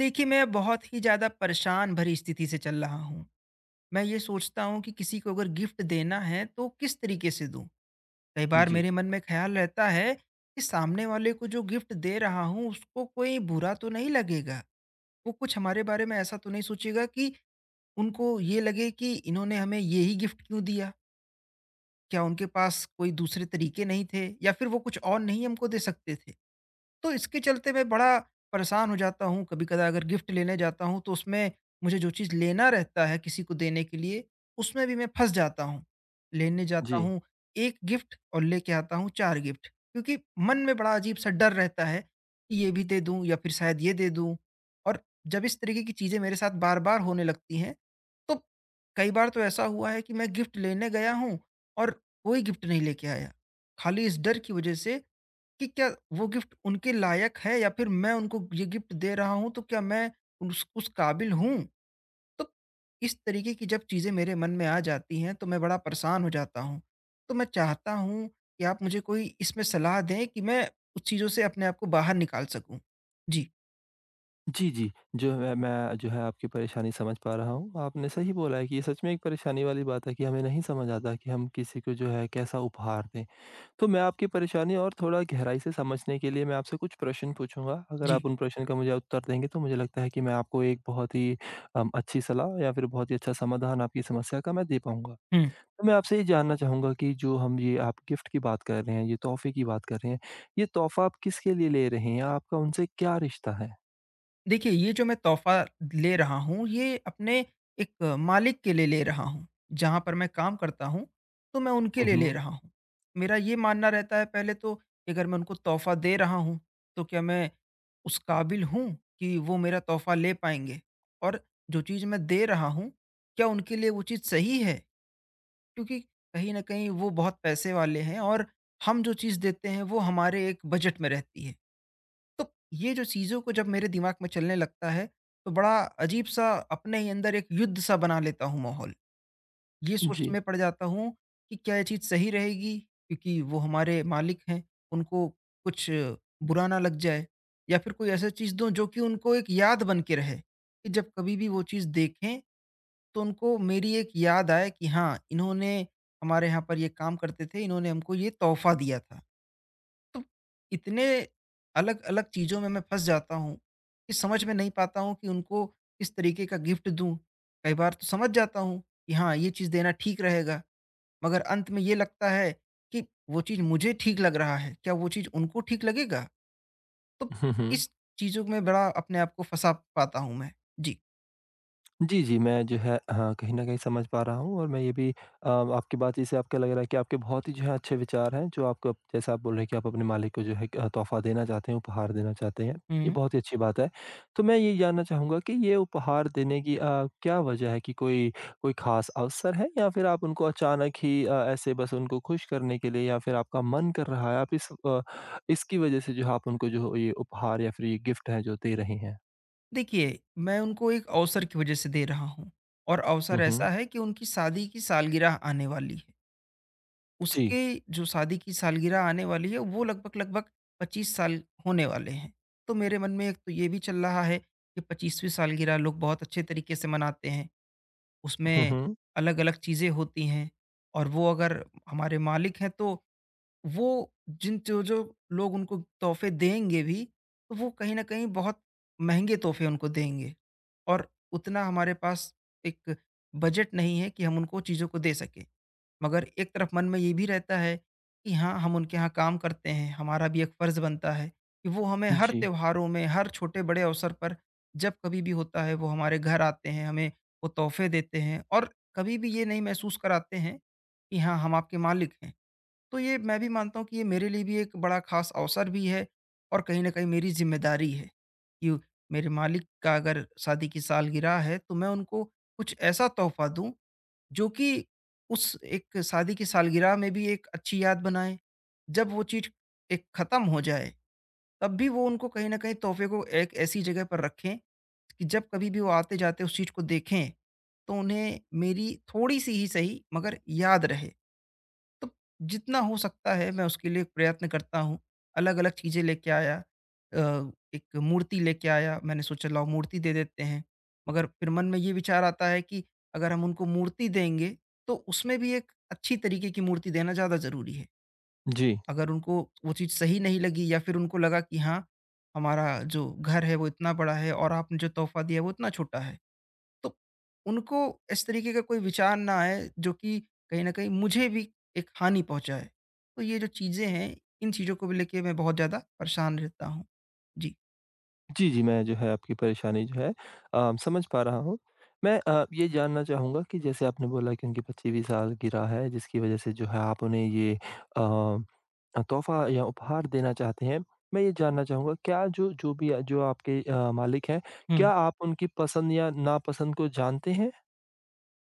देखिए, मैं बहुत ही ज़्यादा परेशान भरी स्थिति से चल रहा हूँ। मैं ये सोचता हूँ कि किसी को अगर गिफ्ट देना है तो किस तरीके से दूँ? कई बार जी, मेरे मन में ख़्याल रहता है कि सामने वाले को जो गिफ्ट दे रहा हूँ उसको कोई बुरा तो नहीं लगेगा? वो कुछ हमारे बारे में ऐसा तो नहीं सोचेगा कि उनको ये लगे कि इन्होंने हमें ये ही गिफ्ट क्यों दिया? क्या उनके पास कोई दूसरे तरीके नहीं थे या फिर वो कुछ और नहीं हमको दे सकते थे? तो इसके चलते मैं बड़ा परेशान हो जाता हूँ। कभी-कदा अगर गिफ्ट लेने जाता हूँ तो उसमें मुझे जो चीज़ लेना रहता है किसी को देने के लिए, उसमें भी मैं फँस जाता हूँ। लेने जाता जी। हूँ 1 गिफ्ट और लेके आता हूँ 4 गिफ्ट, क्योंकि मन में बड़ा अजीब-सा डर रहता है कि ये भी दे दूँ या फिर शायद ये दे दूँ। और जब इस तरीके की चीज़ें मेरे साथ बार-बार होने लगती हैं, तो कई बार तो ऐसा हुआ है कि मैं गिफ्ट लेने गया हूँ और कोई गिफ्ट नहीं लेके आया। खाली इस डर की वज़ह से कि क्या वो गिफ्ट उनके लायक है, या फिर मैं उनको ये गिफ्ट दे रहा हूँ तो क्या मैं उस काबिल हूँ? तो इस तरीके की जब चीज़ें मेरे मन में आ जाती हैं तो मैं बड़ा परेशान हो जाता हूँ। तो मैं चाहता हूँ कि आप मुझे कोई इसमें सलाह दें कि मैं उस चीज़ों से अपने आप को बाहर निकाल सकूँ। जी, जी, जी। जो है मैं जो है आपकी परेशानी समझ पा रहा हूँ। आपने सही बोला है कि ये सच में एक परेशानी वाली बात है कि हमें नहीं समझ आता कि हम किसी को जो है कैसा उपहार दें। तो मैं आपकी परेशानी और थोड़ा गहराई से समझने के लिए मैं आपसे कुछ प्रश्न पूछूँगा। अगर जी। आप उन प्रश्न का मुझे उत्तर देंगे तो मुझे लगता है कि मैं आपको एक बहुत ही अच्छी सलाह या फिर बहुत ही अच्छा समाधान आपकी समस्या का मैं दे पाऊँगा। हुँ। तो मैं आपसे ये जानना चाहूँगा कि जो हम ये आप गिफ्ट की बात कर रहे हैं, ये तोहफ़े की बात कर रहे हैं, ये तोहफ़ा आप किसके लिए ले रहे हैं? या आपका उनसे क्या रिश्ता है? देखिए, ये जो मैं तोहफ़ा ले रहा हूँ, ये अपने एक मालिक के लिए ले रहा हूँ। जहाँ पर मैं काम करता हूँ, तो मैं उनके हुँ, लिए ले हुँ। रहा हूँ। मेरा ये मानना रहता है पहले तो कि अगर मैं उनको तोहफ़ा दे रहा हूँ, तो क्या मैं उस काबिल हूँ कि वो मेरा तोहफ़ा ले पाएँगे? और जो चीज़ मैं दे रहा हूँ, क्या उनके लिए वो चीज़ सही है? क्योंकि कहीं न कहीं वो बहुत पैसे वाले हैं और हम जो चीज़ देते हैं, वो हमारे एक बजट में रहती है। तो ये जो चीज़ों को जब मेरे दिमाग में चलने लगता है, तो बड़ा अजीब-सा अपने ही अंदर एक युद्ध सा बना लेता हूँ माहौल। ये सोच जी। में पड़ जाता हूँ कि क्या ये चीज़ सही रहेगी? क्योंकि वो हमारे मालिक हैं, उनको कुछ बुरा ना लग जाए, या फिर कोई ऐसा चीज़ दूँ जो कि उनको एक याद बन के रहे, कि जब कभी भी वो चीज़ देखें तो उनको मेरी एक याद आए कि हाँ, इन्होंने हमारे यहाँ पर ये काम करते थे, इन्होंने हमको ये तोहफ़ा दिया था। तो इतने अलग-अलग चीज़ों में मैं फँस जाता हूँ, कि समझ में नहीं पाता हूँ कि उनको किस तरीके का गिफ्ट दूँ। कई बार तो समझ जाता हूँ कि हाँ, ये चीज़ देना ठीक रहेगा, मगर अंत में ये लगता है कि वो चीज़ मुझे ठीक लग रहा है, क्या वो चीज़ उनको ठीक लगेगा? तो हुँ, हुँ। इस चीज़ों में बड़ा अपने आप को फँसा पाता हूँ मैं। जी। जी, जी, मैं जो है हाँ, कहीं न कहीं समझ पा रहा हूँ, और मैं ये भी आपकी बातचीत से आपका लग रहा है कि आपके बहुत ही जो है अच्छे विचार हैं, जो आपको जैसा आप बोल रहे हैं कि आप अपने मालिक को जो है तोहफ़ा देना चाहते हैं, उपहार देना चाहते हैं। ये हुँ। बहुत ही अच्छी बात है। तो मैं ये जानना चाहूँगा कि ये उपहार देने की क्या वजह है, कि कोई कोई ख़ास अवसर है या फिर आप उनको अचानक ही ऐसे बस उनको खुश करने के लिए या फिर आपका मन कर रहा है, आप इसकी वजह से जो है आप उनको जो ये उपहार या फिर ये गिफ्ट हैं जो दे रहे हैं? देखिए, मैं उनको एक अवसर की वजह से दे रहा हूँ और अवसर हुँ, हुँ। ऐसा है कि उनकी शादी की सालगिरह आने वाली है। जी। उसके जो शादी की सालगिरह आने वाली है वो लगभग-लगभग 25 साल होने वाले हैं। तो मेरे मन में एक तो ये भी चल रहा है कि 25वीं सालगिरह लोग बहुत अच्छे तरीके से मनाते हैं। हुँ, उसमें हुँ। अलग-अलग चीज़ें होती हैं और वो अगर हमारे मालिक हैं तो वो जिन जो जो लोग उनको तोहफ़े देंगे भी, तो वो कहीं न कहीं बहुत महँगे तोहफ़े उनको देंगे, और उतना हमारे पास एक बजट नहीं है कि हम उनको चीज़ों को दे सकें। मगर एक तरफ मन में ये भी रहता है कि हाँ, हम उनके यहाँ काम करते हैं, हमारा भी एक फ़र्ज़ बनता है कि वो हमें हर जी, त्योहारों में, हर छोटे-बड़े अवसर पर जब कभी भी होता है, वो हमारे घर आते हैं, हमें वो तोहफ़े देते हैं और कभी भी ये नहीं महसूस कराते हैं कि हाँ, हम आपके मालिक हैं। तो ये मैं भी मानता हूँ कि ये मेरे लिए भी एक बड़ा ख़ास अवसर भी है और कहीं न कहीं मेरी ज़िम्मेदारी है कि मेरे मालिक का अगर शादी की सालगिरह है, तो मैं उनको कुछ ऐसा तोहफ़ा दूँ, जो कि उस एक शादी की सालगिरह में भी एक अच्छी याद बनाए। जब वो चीज़ एक ख़त्म हो जाए, तब भी वो उनको कहीं न कहीं तोहफ़े को एक ऐसी जगह पर रखें कि जब कभी भी वो आते-जाते उस चीज़ को देखें, तो उन्हें मेरी थोड़ी-सी ही सही मगर याद रहे। तो जितना हो सकता है मैं उसके लिए प्रयत्न करता हूँ। अलग-अलग चीज़ें लेके आया, एक मूर्ति लेके आया, मैंने सोचा लाओ मूर्ति दे देते हैं। मगर फिर मन में ये विचार आता है कि अगर हम उनको मूर्ति देंगे, तो उसमें भी एक अच्छी तरीके की मूर्ति देना ज़्यादा ज़रूरी है। जी। अगर उनको वो चीज़ सही नहीं लगी या फिर उनको लगा कि हाँ, हमारा जो घर है वो इतना बड़ा है और आपने जो तोहफ़ा दिया है वो इतना छोटा है। तो उनको इस तरीके का कोई विचार ना आए, जो कि कहीं न कहीं मुझे भी एक हानि पहुँचाए। तो ये जो चीज़ें हैं, इन चीज़ों को भी लेके मैं बहुत ज़्यादा परेशान रहता हूँ। जी। जी, जी, मैं जो है आपकी परेशानी जो है समझ पा रहा हूँ। मैं ये जानना चाहूँगा कि जैसे आपने बोला कि उनकी 25वीं सालगिरह है, जिसकी वज़ह से जो है आप उन्हें ये अ तोहफ़ा या उपहार देना चाहते हैं। मैं ये जानना चाहूँगा क्या जो जो भी जो आपके मालिक हैं, क्या हुँ। आप उनकी पसंद या नापसंद को जानते हैं?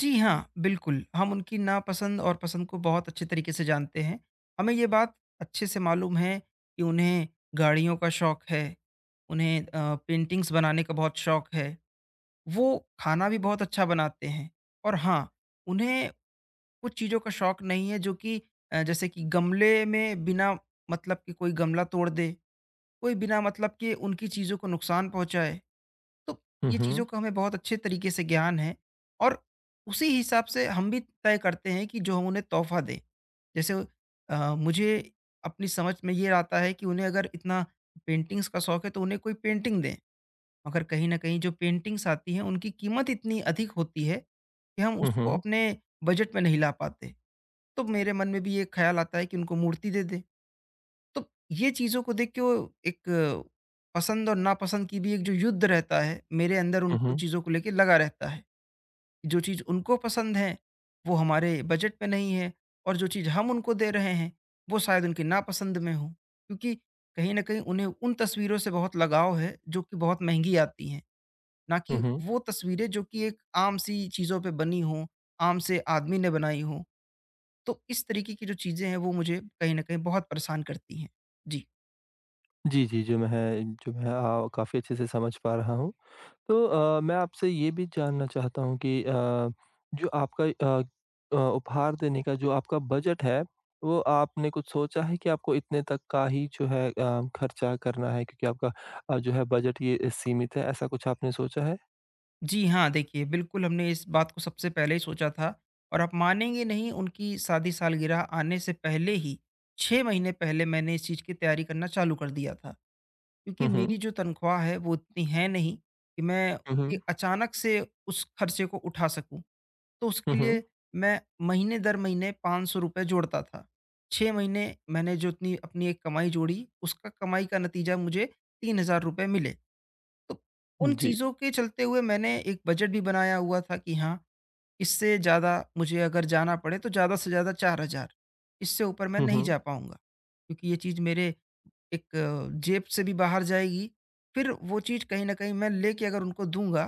जी हाँ, बिल्कुल, हम उनकी नापसंद और पसंद को बहुत अच्छे तरीके से जानते हैं। हमें ये बात अच्छे से मालूम है कि उन्हें गाड़ियों का शौक है, उन्हें पेंटिंग्स बनाने का बहुत शौक है, वो खाना भी बहुत अच्छा बनाते हैं और हाँ, उन्हें कुछ चीज़ों का शौक नहीं है, जो कि जैसे कि गमले में बिना मतलब कि कोई गमला तोड़ दे, कोई बिना मतलब के उनकी चीज़ों को नुकसान पहुँचाए। तो हुँ, ये चीज़ों हुँ। का हमें बहुत अच्छे तरीके से ज्ञान है और उसी हिसाब से हम भी तय करते हैं कि जो हम उन्हें तोहफ़ा दें। जैसे मुझे अपनी समझ में ये आता है कि उन्हें अगर इतना पेंटिंग्स का शौक है तो उन्हें कोई पेंटिंग दें। मगर कहीं न कहीं जो पेंटिंग्स आती हैं उनकी कीमत इतनी अधिक होती है कि हम हुँ, उसको हुँ। अपने बजट में नहीं ला पाते। तो मेरे मन में भी ये ख्याल आता है कि उनको मूर्ति दे दें। तो ये चीज़ों को देख के वो एक पसंद और नापसंद की भी एक जो युद्ध रहता है, मेरे अंदर हुँ, उनको हुँ। चीज़ों को लेके लगा रहता है। कि जो चीज़ उनको पसंद है, वो हमारे बजट में नहीं है और जो चीज़ हम उनको दे रहे हैं, वो शायद उनकी नापसंद में हो। क्योंकि कहीं न कहीं उन्हें उन तस्वीरों से बहुत लगाव है जो कि बहुत महँगी आती हैं, ना हुँ, कि हुँ। वो तस्वीरें जो कि एक आम-सी चीज़ों पे बनी हों, आम से आदमी ने बनाई हों। तो इस तरीके की जो चीज़ें हैं वो मुझे कहीं न कहीं बहुत परेशान करती हैं। जी। जी, जी, जो मैं काफ़ी अच्छे से समझ पा रहा हूँ। तो मैं आपसे ये भी जानना चाहता हूँ कि जो आपका अ उपहार देने का जो आपका बजट है, वो आपने कुछ सोचा है कि आपको इतने तक का ही जो है खर्चा करना है, क्योंकि आपका जो है बजट ये सीमित है, ऐसा कुछ आपने सोचा है? जी हाँ, देखिए बिल्कुल हमने इस बात को सबसे पहले ही सोचा था, और आप मानेंगे नहीं, उनकी शादी सालगिरह आने से पहले ही 6 महीने पहले मैंने इस चीज़ की तैयारी करना चालू कर दिया था। क्योंकि हुँ, हुँ। मेरी जो तनख्वाह है वो इतनी है नहीं कि मैं हुँ, ए हुँ। अचानक से उस खर्चे को उठा सकूँ। तो उसके हुँ, हुँ। लिए मैं महीने दर महीने ₹500 जोड़ता था। 6 महीने मैंने जो इतनी अपनी एक कमाई जोड़ी, उसका कमाई का नतीजा मुझे ₹3000 मिले। तो उन जी। चीज़ों के चलते हुए मैंने एक बजट भी बनाया हुआ था कि हाँ, इससे ज़्यादा मुझे अगर जाना पड़े तो ज़्यादा से ज़्यादा 4000, इससे ऊपर मैं हुँ, नहीं हुँ। जा पाऊँगा। क्योंकि ये चीज़ मेरे एक जेब से भी बाहर जाएगी, फिर वो चीज़ कहीं न कहीं मैं लेके अगर उनको दूँगा,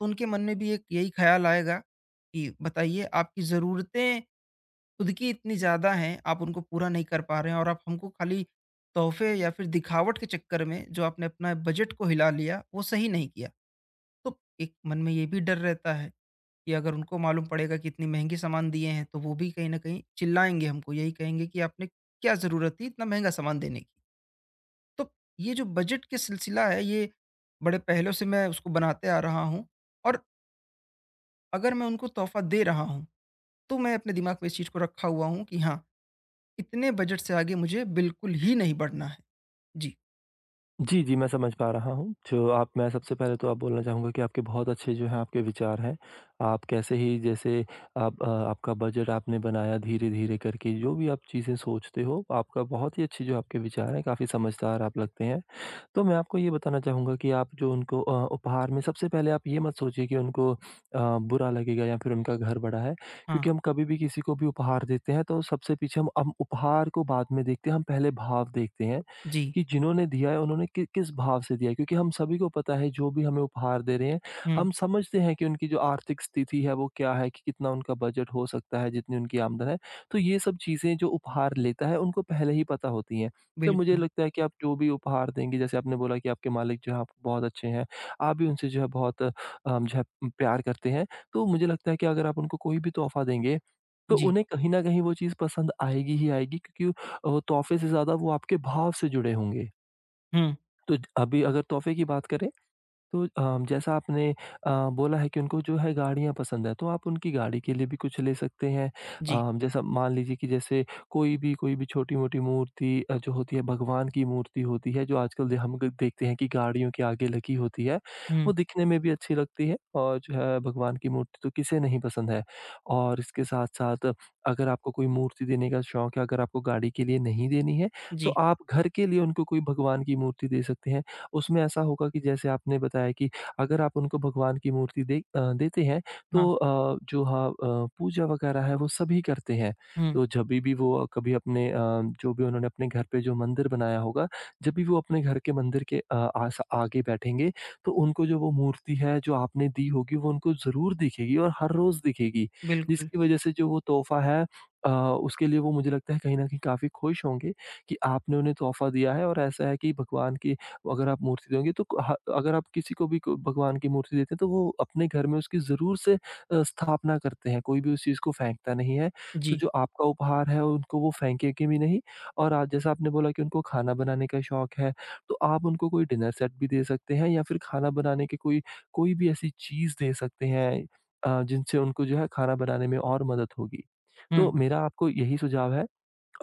तो उनके मन में भी एक यही ख़्याल आएगा कि बताइए आपकी ज़रूरतें खुद की इतनी ज़्यादा हैं, आप उनको पूरा नहीं कर पा रहे हैं और आप हमको खाली तोहफ़े या फिर दिखावट के चक्कर में जो आपने अपना बजट को हिला लिया, वो सही नहीं किया। तो एक मन में ये भी डर रहता है कि अगर उनको मालूम पड़ेगा कि इतनी महँगी सामान दिए हैं, तो वो भी कहीं न कहीं चिल्लाएँगे हमको, यही कहेंगे कि आपने क्या ज़रूरत थी इतना महँगा सामान देने की? तो ये जो बजट के सिलसिला है, ये बड़े पहलों से मैं उसको बनाते आ रहा हूँ, और अगर मैं उनको तोहफ़ा दे रहा हूँ, तो मैं अपने दिमाग में इस चीज़ को रखा हुआ हूँ कि हाँ, इतने बजट से आगे मुझे बिल्कुल ही नहीं बढ़ना है। जी। जी, जी, मैं समझ पा रहा हूँ। जो आप मैं सबसे पहले तो आप बोलना चाहूँगा कि आपके बहुत अच्छे जो हैं आपके विचार हैं। आप कैसे ही जैसे आप आपका बजट आपने बनाया धीरे-धीरे करके, जो भी आप चीज़ें सोचते हो, आपका बहुत ही अच्छी जो आपके विचार हैं, काफ़ी समझदार आप लगते हैं। तो मैं आपको ये बताना चाहूँगा कि आप जो उनको उपहार में सबसे पहले आप ये मत सोचिए कि उनको बुरा लगेगा या फिर उनका घर बड़ा है, हाँ, क्योंकि हम कभी भी किसी को भी उपहार देते हैं तो सबसे पीछे हम उपहार को बाद में देखते हैं, हम पहले भाव देखते हैं, जी। कि जिन्होंने दिया है किस भाव से दिया है, क्योंकि हम सभी को पता है जो भी हमें उपहार दे रहे हैं, हुँ, हम समझते हैं कि उनकी जो आर्थिक स्थिति है वो क्या है, कि कितना उनका बजट हो सकता है, जितनी उनकी आमदन है। तो ये सब चीज़ें जो उपहार लेता है उनको पहले ही पता होती हैं। तो मुझे बिल्कुल। लगता है कि आप जो भी उपहार देंगे, जैसे आपने बोला कि आपके मालिक जो हैं आपको बहुत अच्छे हैं, आप भी उनसे जो है बहुत जो है प्यार करते हैं। तो मुझे लगता है कि अगर आप उनको कोई भी तोहफ़ा देंगे, तो जी। उन्हें कहीं न कहीं वो चीज़ पसंद आएगी ही आएगी, क्योंकि तोहफ़े से ज़्यादा वो आपके भाव से जुड़े होंगे। हुँ, तो ज अभी अगर तोहफ़े की बात करें, तो जैसा आपने बोला है कि उनको जो है गाड़ियाँ पसंद है, तो आप उनकी गाड़ी के लिए भी कुछ ले सकते हैं। जी। जैसा मान लीजिए कि जैसे कोई भी छोटी-मोटी मूर्ति जो होती है भगवान की मूर्ति होती है, जो आजकल दे हम ग देखते हैं कि गाड़ियों के आगे लगी होती है, हुँ, वो दिखने में भी अच्छी लगती है, और जो है भगवान की मूर्ति तो किसे नहीं पसंद है। और इसके साथ-साथ अगर आपको कोई मूर्ति देने का शौक है, अगर आपको गाड़ी के लिए नहीं देनी है, तो जी। आप घर के लिए उनको कोई भगवान की मूर्ति दे सकते हैं। उसमें ऐसा होगा कि जैसे आपने बताया कि अगर आप उनको भगवान की मूर्ति देते हैं, हाँ, तो जो हाँ पूजा वगैरह है वो सभी करते हैं। हुँ, तो जभी भी वो कभी अपने जो भी उन्होंने अपने घर पे जो मंदिर बनाया होगा, जब भी वो अपने घर के मंदिर के आस आगे बैठेंगे, तो उनको जो वो मूर्ति है जो आपने दी होगी वो उनको ज़रूर दिखेगी और हर रोज़ दिखेगी। बिल्कुल। जिसकी वजह से जो वो तोहफ़ा है उसके लिए वो, मुझे लगता है, कहीं न कहीं काफ़ी खुश होंगे कि आपने उन्हें तोहफ़ा दिया है। और ऐसा है कि भगवान की अगर आप मूर्ति दोगे तो ह अगर आप किसी को भी को भगवान की मूर्ति देते हैं तो वो अपने घर में उसकी ज़रूर से स्थापना करते हैं, कोई भी उस चीज़ को फेंकता नहीं है। तो जी। जो आपका उपहार है उनको वो फेंकेंगे भी नहीं। और आज जैसा आपने बोला कि उनको खाना बनाने का शौक है, तो आप उनको कोई डिनर सेट भी दे सकते हैं या फिर खाना बनाने की कोई कोई भी ऐसी चीज़ दे सकते हैं जिनसे उनको जो है खाना बनाने में और मदद होगी। हुँ। तो मेरा आपको यही सुझाव है।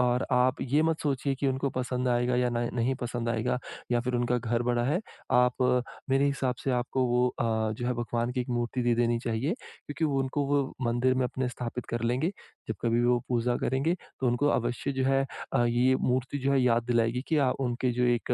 और आप ये मत सोचिए कि उनको पसंद आएगा या ना नहीं पसंद आएगा या फिर उनका घर बड़ा है। आप मेरे हिसाब से आपको वो जो है भगवान की एक मूर्ति दे देनी चाहिए, क्योंकि वो उनको वो मंदिर में अपने स्थापित कर लेंगे। जब कभी भी वो पूजा करेंगे तो उनको अवश्य जो है ये मूर्ति जो है याद दिलाएगी कि उनके जो एक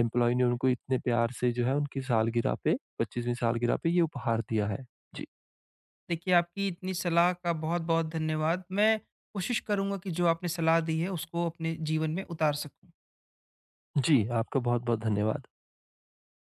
एम्प्लॉयी ने उनको इतने प्यार से जो है उनकी सालगिरह पे 25वीं सालगिरह पे ये उपहार दिया है। जी। देखिए, आपकी इतनी सलाह का बहुत-बहुत धन्यवाद। मैं कोशिश करूँगा कि जो आपने सलाह दी है उसको अपने जीवन में उतार सकूँ। जी, आपका बहुत-बहुत धन्यवाद।